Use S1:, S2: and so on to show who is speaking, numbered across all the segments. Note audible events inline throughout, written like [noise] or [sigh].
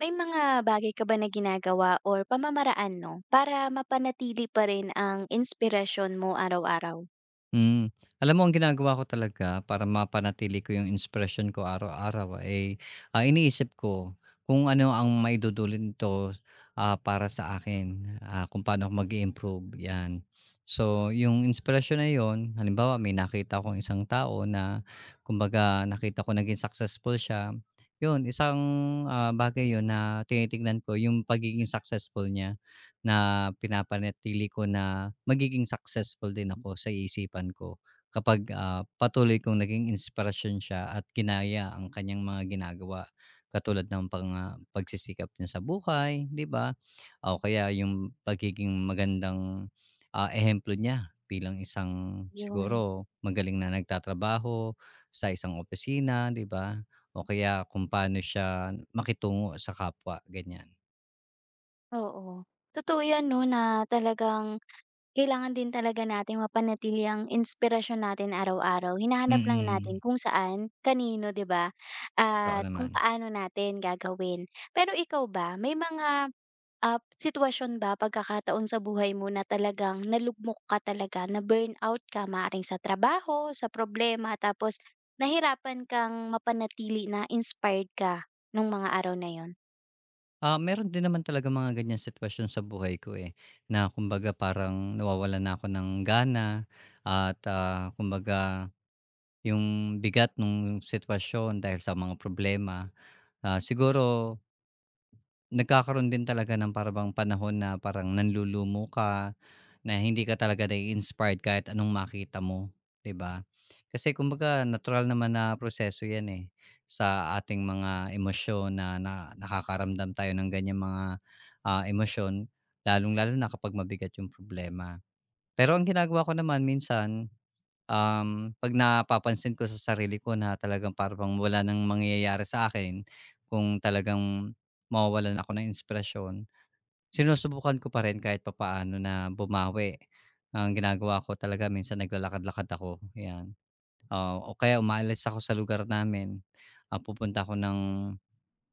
S1: May mga bagay ka ba na ginagawa or pamamaraan 'no, para mapanatili pa rin ang inspirasyon mo araw-araw?
S2: Hmm. Alam mo ang ginagawa ko talaga para mapanatili ko yung inspiration ko araw-araw ay, iniisip ko kung ano ang maidudulot nito, para sa akin, kung paano ako mag improve 'yan. So, yung inspiration na yon halimbawa may nakita akong isang tao na kumbaga nakita ko naging successful siya, 'yun isang, bagay 'yun na tinitignan ko yung pagiging successful niya. Na pinapanatili ko na magiging successful din ako sa isipan ko kapag, patuloy kong naging inspirasyon siya at ginaya ang kanyang mga ginagawa katulad ng pagsisikap niya sa buhay, 'di ba? O kaya yung pagiging magandang, ehemplo niya bilang isang
S1: 'Yun.
S2: siguro magaling na nagtatrabaho sa isang opisina, 'di ba? O kaya kung paano siya makitungo sa kapwa, ganiyan.
S1: Oo, totoo 'yan 'no, na talagang kailangan din talaga natin mapanatili ang inspirasyon natin araw-araw. Hinahanap lang natin
S2: Mm,
S1: kung saan, kanino, 'di ba,
S2: totoo
S1: at kung
S2: naman.
S1: paano natin gagawin. Pero ikaw ba, may mga sitwasyon ba, pagkakataon sa buhay mo na talagang nalugmok ka talaga, na-burnout ka maaaring sa trabaho, sa problema, tapos nahirapan kang mapanatili na inspired ka nung mga araw na yon.
S2: Ah, meron din naman talaga mga ganiyang sitwasyon sa buhay ko, eh, na kumbaga parang nawawalan na ako ng gana at, kumbaga yung bigat ng sitwasyon dahil sa mga problema. Ah, siguro nagkakaroon din talaga ng parang panahon na parang nanlulumo ka, na hindi ka talaga nai-inspired kahit anong makita mo, 'di ba? Kasi kumbaga natural naman na proseso 'yan, eh, sa ating mga emosyon na na nakakaramdam tayo ng ganiyang mga, emosyon, lalong-lalo na kapag mabigat yung problema. Pero ang ginagawa ko naman minsan, 'pag napapansin ko sa sarili ko na talagang parang wala ng mangyayari sa akin, kung talagang mawawalan ako ng inspirasyon, sinusubukan ko pa rin kahit papaano na bumawi. Ang ginagawa ko talaga minsan naglalakad-lakad ako, 'yan. Oo, o kaya umaalis ako sa lugar namin. Ah, pupunta ako ng,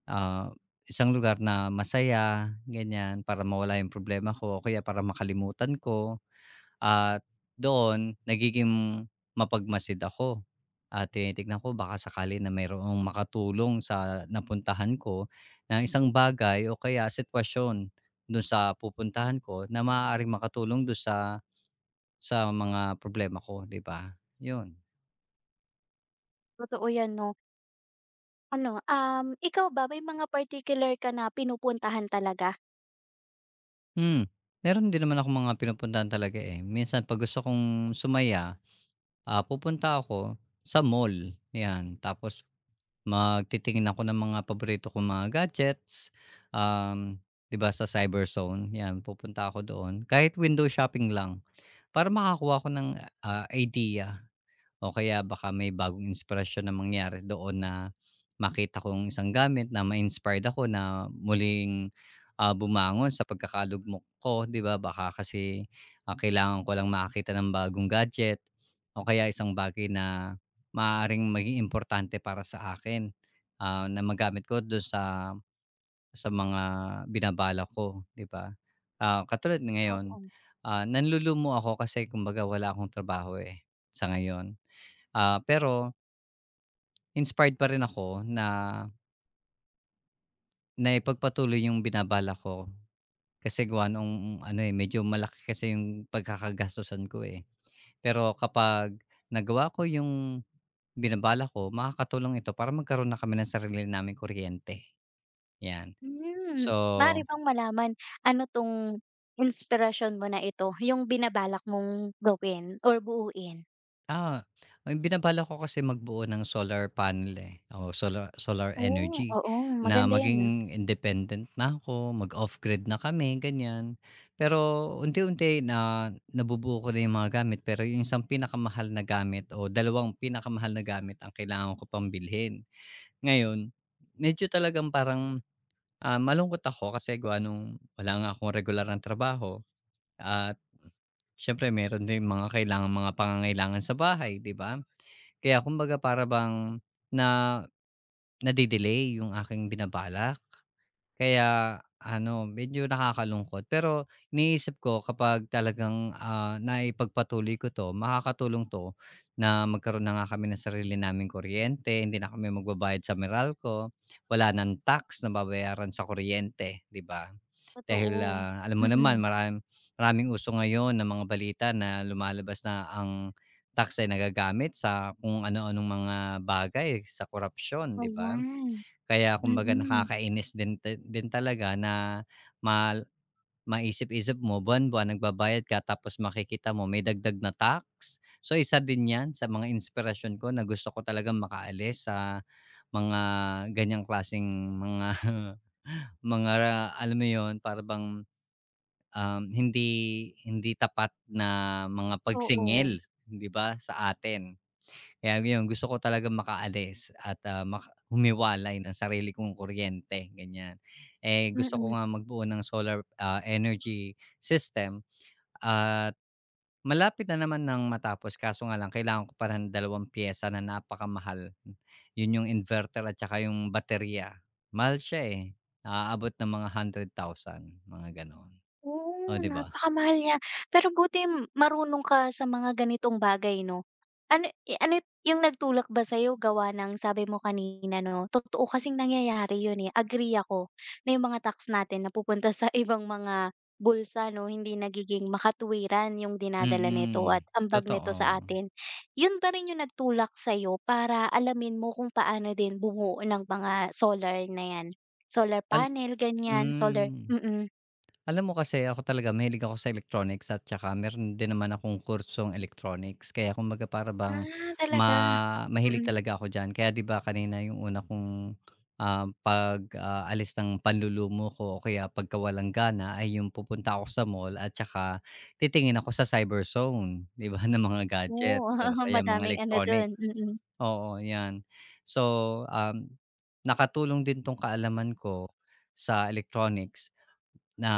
S2: ah, isang lugar na masaya, ganiyan, para mawala yung problema ko o kaya para makalimutan ko. At doon nagiging mapagmasid ako at tinitignan ko baka sakali na mayroong makatulong sa napuntahan ko na isang bagay o kaya sitwasyon do'n sa pupuntahan ko na maaaring makatulong do'n sa mga problema ko, 'di ba? 'Yun.
S1: Totoo yan 'no. Ano, ikaw ba may mga particular ka na pinupuntahan talaga?
S2: Hmm, meron din naman ako mga pinupuntahan talaga, eh. Minsan 'pag gusto kong sumaya, pupunta ako sa mall, 'yan. Tapos magtitingin ako ng mga paborito kong mga gadgets, um, 'di ba sa Cyberzone, 'yan pupunta ako doon. Kahit window shopping lang para makakuha ako ng, idea o kaya baka may bagong inspirasyon na mangyari doon na makita kong isang gamit na ma-inspired ako na muling, bumangon sa pagkakalugmok ko, 'di ba? Baka kasi, kailangan ko lang makakita ng bagong gadget o kaya isang bagay na maaaring maging importante para sa akin, na magamit ko do'n sa mga binabala ko, 'di ba? Ah, katulad ng ngayon,
S1: Oo.
S2: nanlulumo ako kasi kumbaga wala akong trabaho, eh, sa ngayon. Ah, pero inspired pa rin ako na naipagpatuloy yung binabalak ko. Kasi gawa nung ano, eh, medyo malaki kasi yung pagkakagastusan ko, eh. Pero kapag nagawa ko yung binabalak ko, makakatulong ito para magkaroon na kami ng sarili namin kuryente, 'yan.
S1: Hmm, Maaari
S2: So,
S1: bang malaman ano 'tong inspirasyon mo na ito, yung binabalak mong gawin or buuin?
S2: ah, ang binabalak ko kasi magbuo ng solar panel, eh, o solar solar
S1: Oh,
S2: energy
S1: oo,
S2: na
S1: maganda yan, ah.
S2: maging independent na ako, mag-off-grid na kami, ganyan. Pero unti-unti na nabubuo ko na yung mga gamit, pero yung isang pinakamahal na gamit o dalawang pinakamahal na gamit ang kailangan ko pang bilhin. Ngayon, medyo talagang parang, malungkot ako kasi gawa nung wala nga akong regular na trabaho at siyempre meron din mga kailangang mga pangangailangan sa bahay, 'di ba? Kaya kumbaga para bang na nade-delay yung aking binabalak. Kaya ano, medyo nakakalungkot. Pero iniisip ko kapag talagang, naipagpatuloy ko 'to, makakatulong 'to na magkaroon na nga kami ng sarili naming kuryente, hindi na kami magbabayad sa Meralco, wala ng tax na babayaran sa kuryente, 'di ba? Dahil,
S1: Totoo.
S2: alam mo naman
S1: Mm,
S2: maraming uso ngayon ng mga balita na lumalabas na ang tax ay nagagamit sa kung ano-anong mga bagay, sa korupsyon, 'di ba?
S1: ayan,
S2: Kaya kumbaga
S1: mm.
S2: nakakainis din ti din talaga na mal maisip-isip mo buwan-buwan nagbabayad ka tapos makikita mo may dagdag na tax. So, isa din 'yan sa mga inspirasyon ko na gusto ko talaga makaalis sa mga ganyang klaseng mga [laughs] mga alam mo 'yun, para bang hindi hindi tapat na mga
S1: Oo,
S2: pagsingil, 'di ba, sa atin. Kaya ngayon gusto ko talaga makaalis at, maka humiwalay ng sarili kong kuryente, ganyan. Eh, gusto ko
S1: mm.
S2: nga magbuo ng solar, energy system at malapit na naman ng matapos kaso nga lang kailangan ko pa ng dalawang piyesa na napakamahal. Yun yung inverter at saka yung baterya. Mahal siya, eh, naaabot ng mga 100,000, mga gano'n, oh,
S1: Oo,
S2: 'di ba?
S1: napakamahal niya. Pero buti marunong ka sa mga ganitong bagay 'no? Ano yung nagtulak ba sa'yo gawa ng sabi mo kanina 'no, totoo kasing nangyayari yun, eh, agree ako na yung mga tax natin napupunta sa [laughs] ibang mga bulsa 'no, hindi nagiging makatuwiran yung dinadala nito at
S2: Mm,
S1: ambag nito sa
S2: totoo.
S1: atin. Yun ba rin yung nagtulak sa'yo para alamin mo kung paano din bumuo ng mga solar na 'yan? Solar
S2: Al
S1: panel, ganyan, solar.
S2: hmm. Alam mo kasi ako talaga mahilig ako sa electronics at saka meron din naman akong kursong electronics. Kaya kumbaga para bang
S1: Ah, talaga?
S2: mahilig
S1: Mm.
S2: talaga ako diyan. Kaya 'di ba kanina yung una kong, pag, alis ng panlulumo ko o kaya pagkawalang gana ay yung pupunta ako sa mall at saka titingin ako sa cyber zone, 'di ba, [laughs] ng mga
S1: Oo,
S2: gadgets o
S1: [laughs]
S2: kaya mga
S1: madaming ano dun,
S2: electronics.
S1: mm.
S2: Oo, 'yan. So, um, nakatulong din 'tong kaalaman ko sa electronics na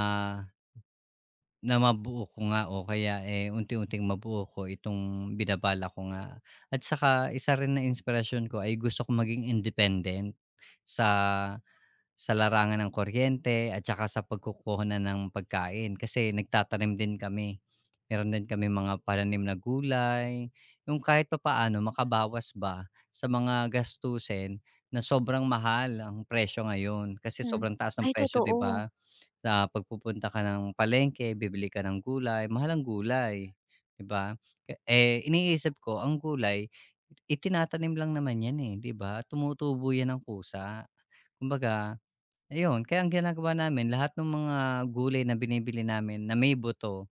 S2: na mabuo ko nga o kaya, eh, unti-unting mabuo ko itong binabala ko nga at saka isa rin na inspirasyon ko ay gusto ko maging independent sa sa larangan ng kuryente at saka sa pagkukuha na ng pagkain kasi nagtatanim din kami. Meron din kami mga pananim na gulay, yung kahit papaano makabawas ba sa mga gastusin na sobrang mahal ang presyo ngayon kasi
S1: Hmm.
S2: sobrang taas ng
S1: Ay
S2: presyo, 'di
S1: totoo.
S2: ba? Sa pagpupunta ka ng palengke, bibili ka ng gulay, mahal ang gulay, 'di ba? Eh, iniisip ko ang gulay itinatanim lang naman 'yan, eh, 'di ba? Tumutubo 'yan ng kusa. Kumbaga, ayun, kaya ang ginagawa namin lahat ng mga gulay na binibili namin na may buto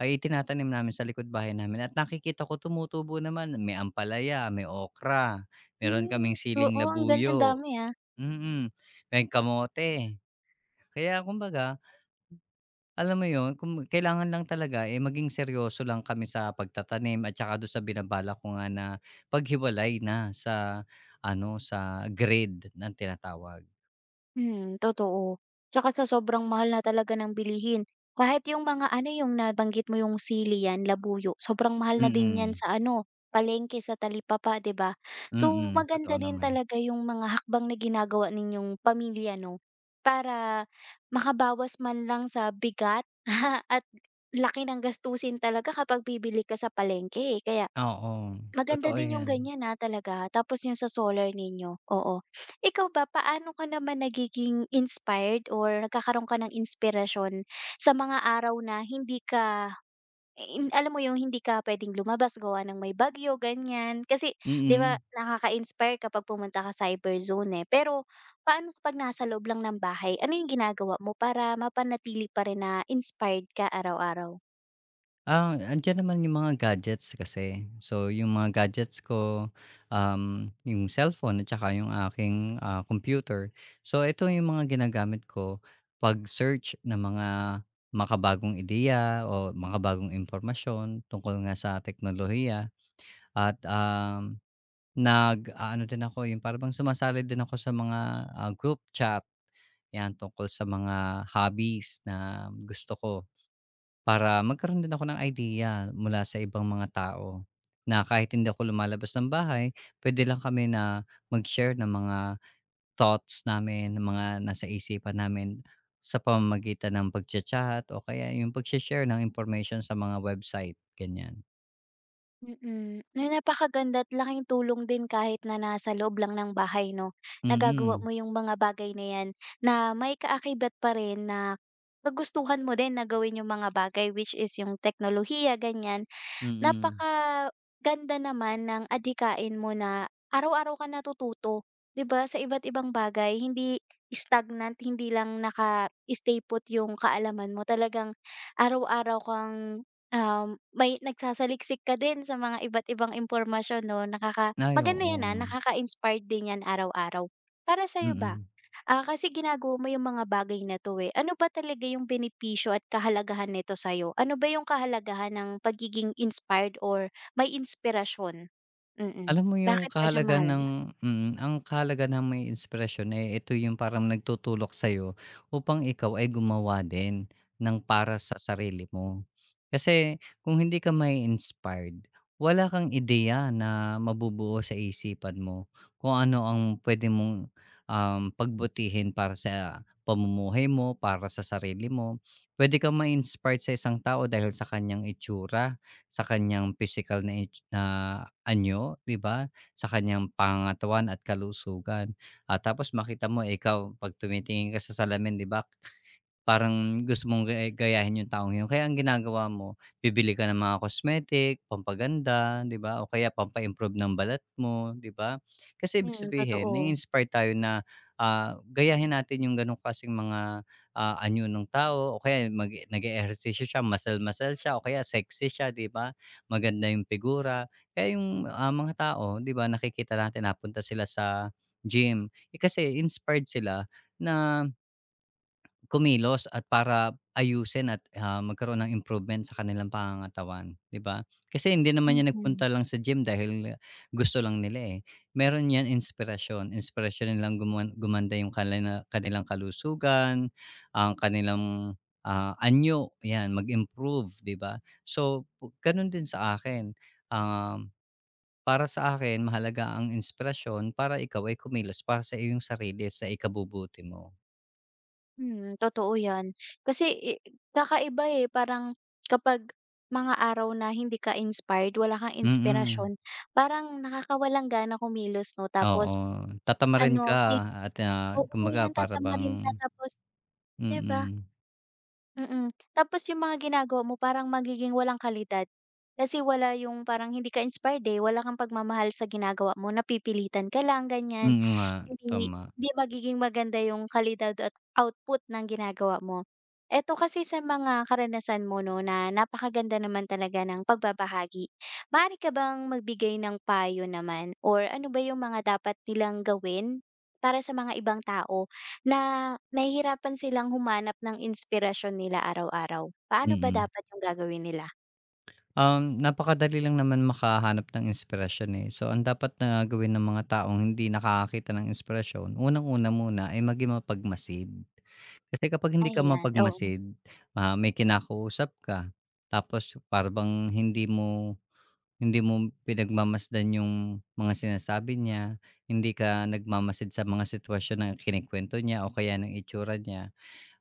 S2: ay itinatanim namin sa likod bahay namin at nakikita ko tumutubo naman. May ampalaya, may okra, meron
S1: Hmm.
S2: kaming siling
S1: Oo, ang
S2: labuyo,
S1: dami, ah.
S2: mm, may kamote. Kaya kumbaga alam mo yun, kung kailangan lang talaga, eh, maging seryoso lang kami sa pagtatanim at saka do'n sa binabalak ko nga na paghiwalay na sa ano, sa grade na tinatawag.
S1: Totoo. Tsaka sa sobrang mahal na talaga ng bilihin, kahit yung mga ano, yung nabanggit mo yung sili 'yan, labuyo, sobrang mahal na din 'yan
S2: Mm,
S1: sa ano, palengke, sa talipapa, 'di ba? So,
S2: mm, totoo
S1: maganda din
S2: naman.
S1: talaga yung mga hakbang na ginagawa ninyong pamilya 'no, para makabawas man lang sa bigat [laughs] at laki ng gastusin talaga kapag bibili ka sa palengke, eh. Kaya
S2: Oo,
S1: maganda
S2: totoo
S1: din yung
S2: 'yan,
S1: ganyan, na talaga, tapos yung sa solar ninyo, oo. Ikaw ba, paano ka naman nagiging inspired or nagkakaroon ka ng inspirasyon sa mga araw na hindi ka in alam mo yung hindi ka puwedeng lumabas gawa ng may bagyo, ganyan? Kasi 'di ba
S2: mm.
S1: nakaka-inspire kapag pumunta ka sa cyber zone, eh. Pero paano kapag nasa loob lang ng bahay, ano yung ginagawa mo para mapanatili pa rin na inspired ka araw-araw?
S2: Ah, andiyan naman yung mga gadgets kasi. So, yung mga gadgets ko, yung cellphone at saka yung aking, computer. So, ito yung mga ginagamit ko pag-search ng mga makabagong ideya o makabagong impormasyon tungkol nga sa teknolohiya at, nag ano din ako, yung parang bang sumasali din ako sa mga, group chat, 'yan tungkol sa mga hobbies na gusto ko. Para magkaroon din ako ng idea mula sa ibang mga tao, na kahit hindi ako lumalabas ng bahay, puwede lang kami na mag-share ng mga thoughts namin, ng mga nasa isipan namin sa pamamagitan ng pag chat o kaya yung pagshe-share ng information sa mga website, ganyan.
S1: Na napakaganda at laking tulong din kahit na nasa loob lang ng bahay 'no, nagagawa
S2: Mm,
S1: mo yung mga bagay na yan na may kaakibat pa rin na kagustuhan mo din na gawin yung mga bagay which is yung teknolohiya, ganyan.
S2: mm.
S1: Napakaganda naman ng adikain mo na araw-araw ka natututo, 'di ba, sa iba't ibang bagay. Hindi stagnant, hindi lang naka-stay put yung kaalaman mo. Talagang araw-araw kang, may nagsasaliksik ka din sa mga iba't ibang impormasyon 'no, nakaka
S2: Ay, oo.
S1: maganda 'yan, ah, nakaka-inspired din 'yan araw-araw. Para sa'yo ba?
S2: Mm.
S1: Kasi ginagawa mo yung mga bagay na 'to, eh. Ano ba talaga yung benepisyo at kahalagahan nito sa'yo? Ano ba yung kahalagahan ng pagiging inspired or may inspirasyon? Mm.
S2: Alam mo yung
S1: Bakit pa siya
S2: kahalagahan ng
S1: mahalaga?
S2: mm, ang kahalagahan ng may inspirasyon, eh, ito yung parang nagtutulak sa'yo upang ikaw ay gumawa din ng para sa sarili mo. Kasi kung hindi ka may inspired wala kang ideya na mabubuo sa isipan mo kung ano ang pwede mong, pagbutihin para sa pamumuhay mo, para sa sarili mo. Pwede kang ma-inspired sa isang tao dahil sa kanyang itsura, sa kanyang physical na anyo, 'di ba, sa kanyang pangangatawan at kalusugan. At tapos makita mo ikaw 'pag tumitingin ka sa salamin, 'di ba, parang gusto mong gayahin yung taong yun. Kaya ang ginagawa mo, bibili ka ng mga cosmetic, pampaganda, 'di ba, o kaya pampa-improve ng balat mo, 'di ba? Kasi ibig
S1: Mm,
S2: sabihin na
S1: totoo.
S2: inspire tayo na, gayahin natin yung ganong kasing mga, anyo ng tao o kaya nag-e-ehersisyo siya, masal-masal siya o kaya sexy siya, 'di ba? Maganda yung figura. Kaya yung, mga tao, 'di ba, nakikita natin napunta sila sa gym, eh, kasi inspired sila na kumilos at para ayusin at, magkaroon ng improvement sa kanilang pangangatawan, 'di ba? Kasi hindi naman yan
S1: Mm.
S2: nagpunta lang sa gym dahil gusto lang nila, eh. Meron yan inspirasyon nilang gumanda yung kanilang kalusugan, ang kanilang, anyo, yan mag-improve, 'di ba? So, gano'n din sa akin, um, para sa akin mahalaga ang inspirasyon para ikaw ay kumilos para sa iyong sarili, sa ikabubuti mo.
S1: Mm, totoo 'yan. Kasi, eh, kakaiba, eh, parang kapag mga araw na hindi ka inspired, wala kang
S2: Mm.
S1: inspirasyon, parang nakakawalang gana kumilos 'no?
S2: Oo,
S1: Tapos
S2: tatamarin ka
S1: ano, feel
S2: at,
S1: oo,
S2: kumbaga
S1: 'yan,
S2: para bang
S1: tatamarin ka tapos 'di ba?
S2: mm.
S1: Mm. Tapos yung mga ginagawa mo parang magiging walang kalidad. Kasi wala yung parang hindi ka inspired, eh, wala kang pagmamahal sa ginagawa mo, napipilitan ka lang, ganyan.
S2: Mm nga,
S1: Hindi
S2: tama,
S1: hindi magiging maganda yung kalidad at output ng ginagawa mo. Eto kasi sa mga karanasan mo 'no, na napakaganda naman talaga ng pagbabahagi. Maaari ka bang magbigay ng payo naman or ano ba yung mga dapat nilang gawin para sa mga ibang tao? Na nahihirapan silang humanap ng inspirasyon nila araw-araw. Paano ba
S2: mm.
S1: dapat yung gagawin nila?
S2: Um, napakadali lang naman makahanap ng inspirasyon, eh. So, ang dapat na gawin ng mga taong hindi nakakakita ng inspirasyon, unang-una muna ay maging mapagmasid. Kasi kapag hindi ka
S1: Ayan. Oo.
S2: mapagmasid, may kinakausap ka tapos para bang hindi mo pinagmamasdan yung mga sinasabi niya, hindi ka nagmamasid sa mga sitwasyon na kinikwento niya o kaya ng itsura niya,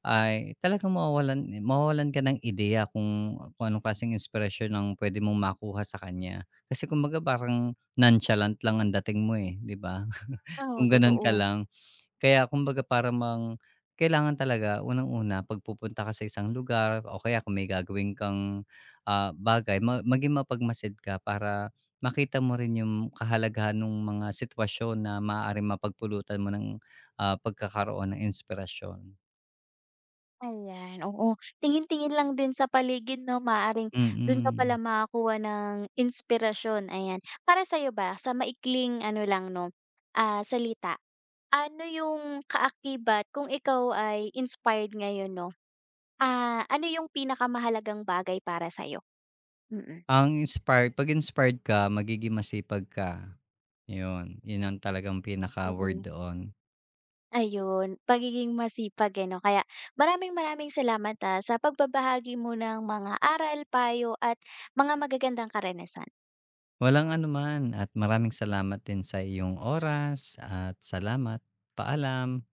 S2: ay talagang mawawalan mawawalan ka ng ideya kung anong klaseng inspirasyon ang puwede mong makuha sa kanya. Kasi kumbaga parang nonchalant lang ang dating mo, eh, 'di ba? [laughs]
S1: Oo,
S2: Kung gano'n
S1: totoo.
S2: ka lang. Kaya kumbaga para mang kailangan talaga unang-una 'pag pupunta ka sa isang lugar o kaya kung may gagawin kang, bagay maging mapagmasid ka para makita mo rin yung kahalagahan ng mga sitwasyon na maaaring mapagpulutan mo ng, pagkakaroon ng inspirasyon.
S1: Ayan, oo. Tingin-tingin lang din sa paligid 'no, maaring dun ka
S2: Mm.
S1: pala makakuha ng inspirasyon, ayan. Para sa'yo ba, sa maikling ano lang 'no, salita, ano yung kaakibat kung ikaw ay inspired ngayon 'no? Ah, ano yung pinakamahalagang bagay para sa'yo? Mm.
S2: Ang inspired 'pag inspired ka magiging masipag ka, yun. Yun ang talagang pinaka-word
S1: Mm.
S2: doon.
S1: Ayun, pagiging masipag, eh, 'no? Kaya maraming maraming salamat, sa pagbabahagi mo ng mga aral, payo at mga magagandang karanasan.
S2: Walang anuman at maraming salamat din sa iyong oras at salamat. Paalam.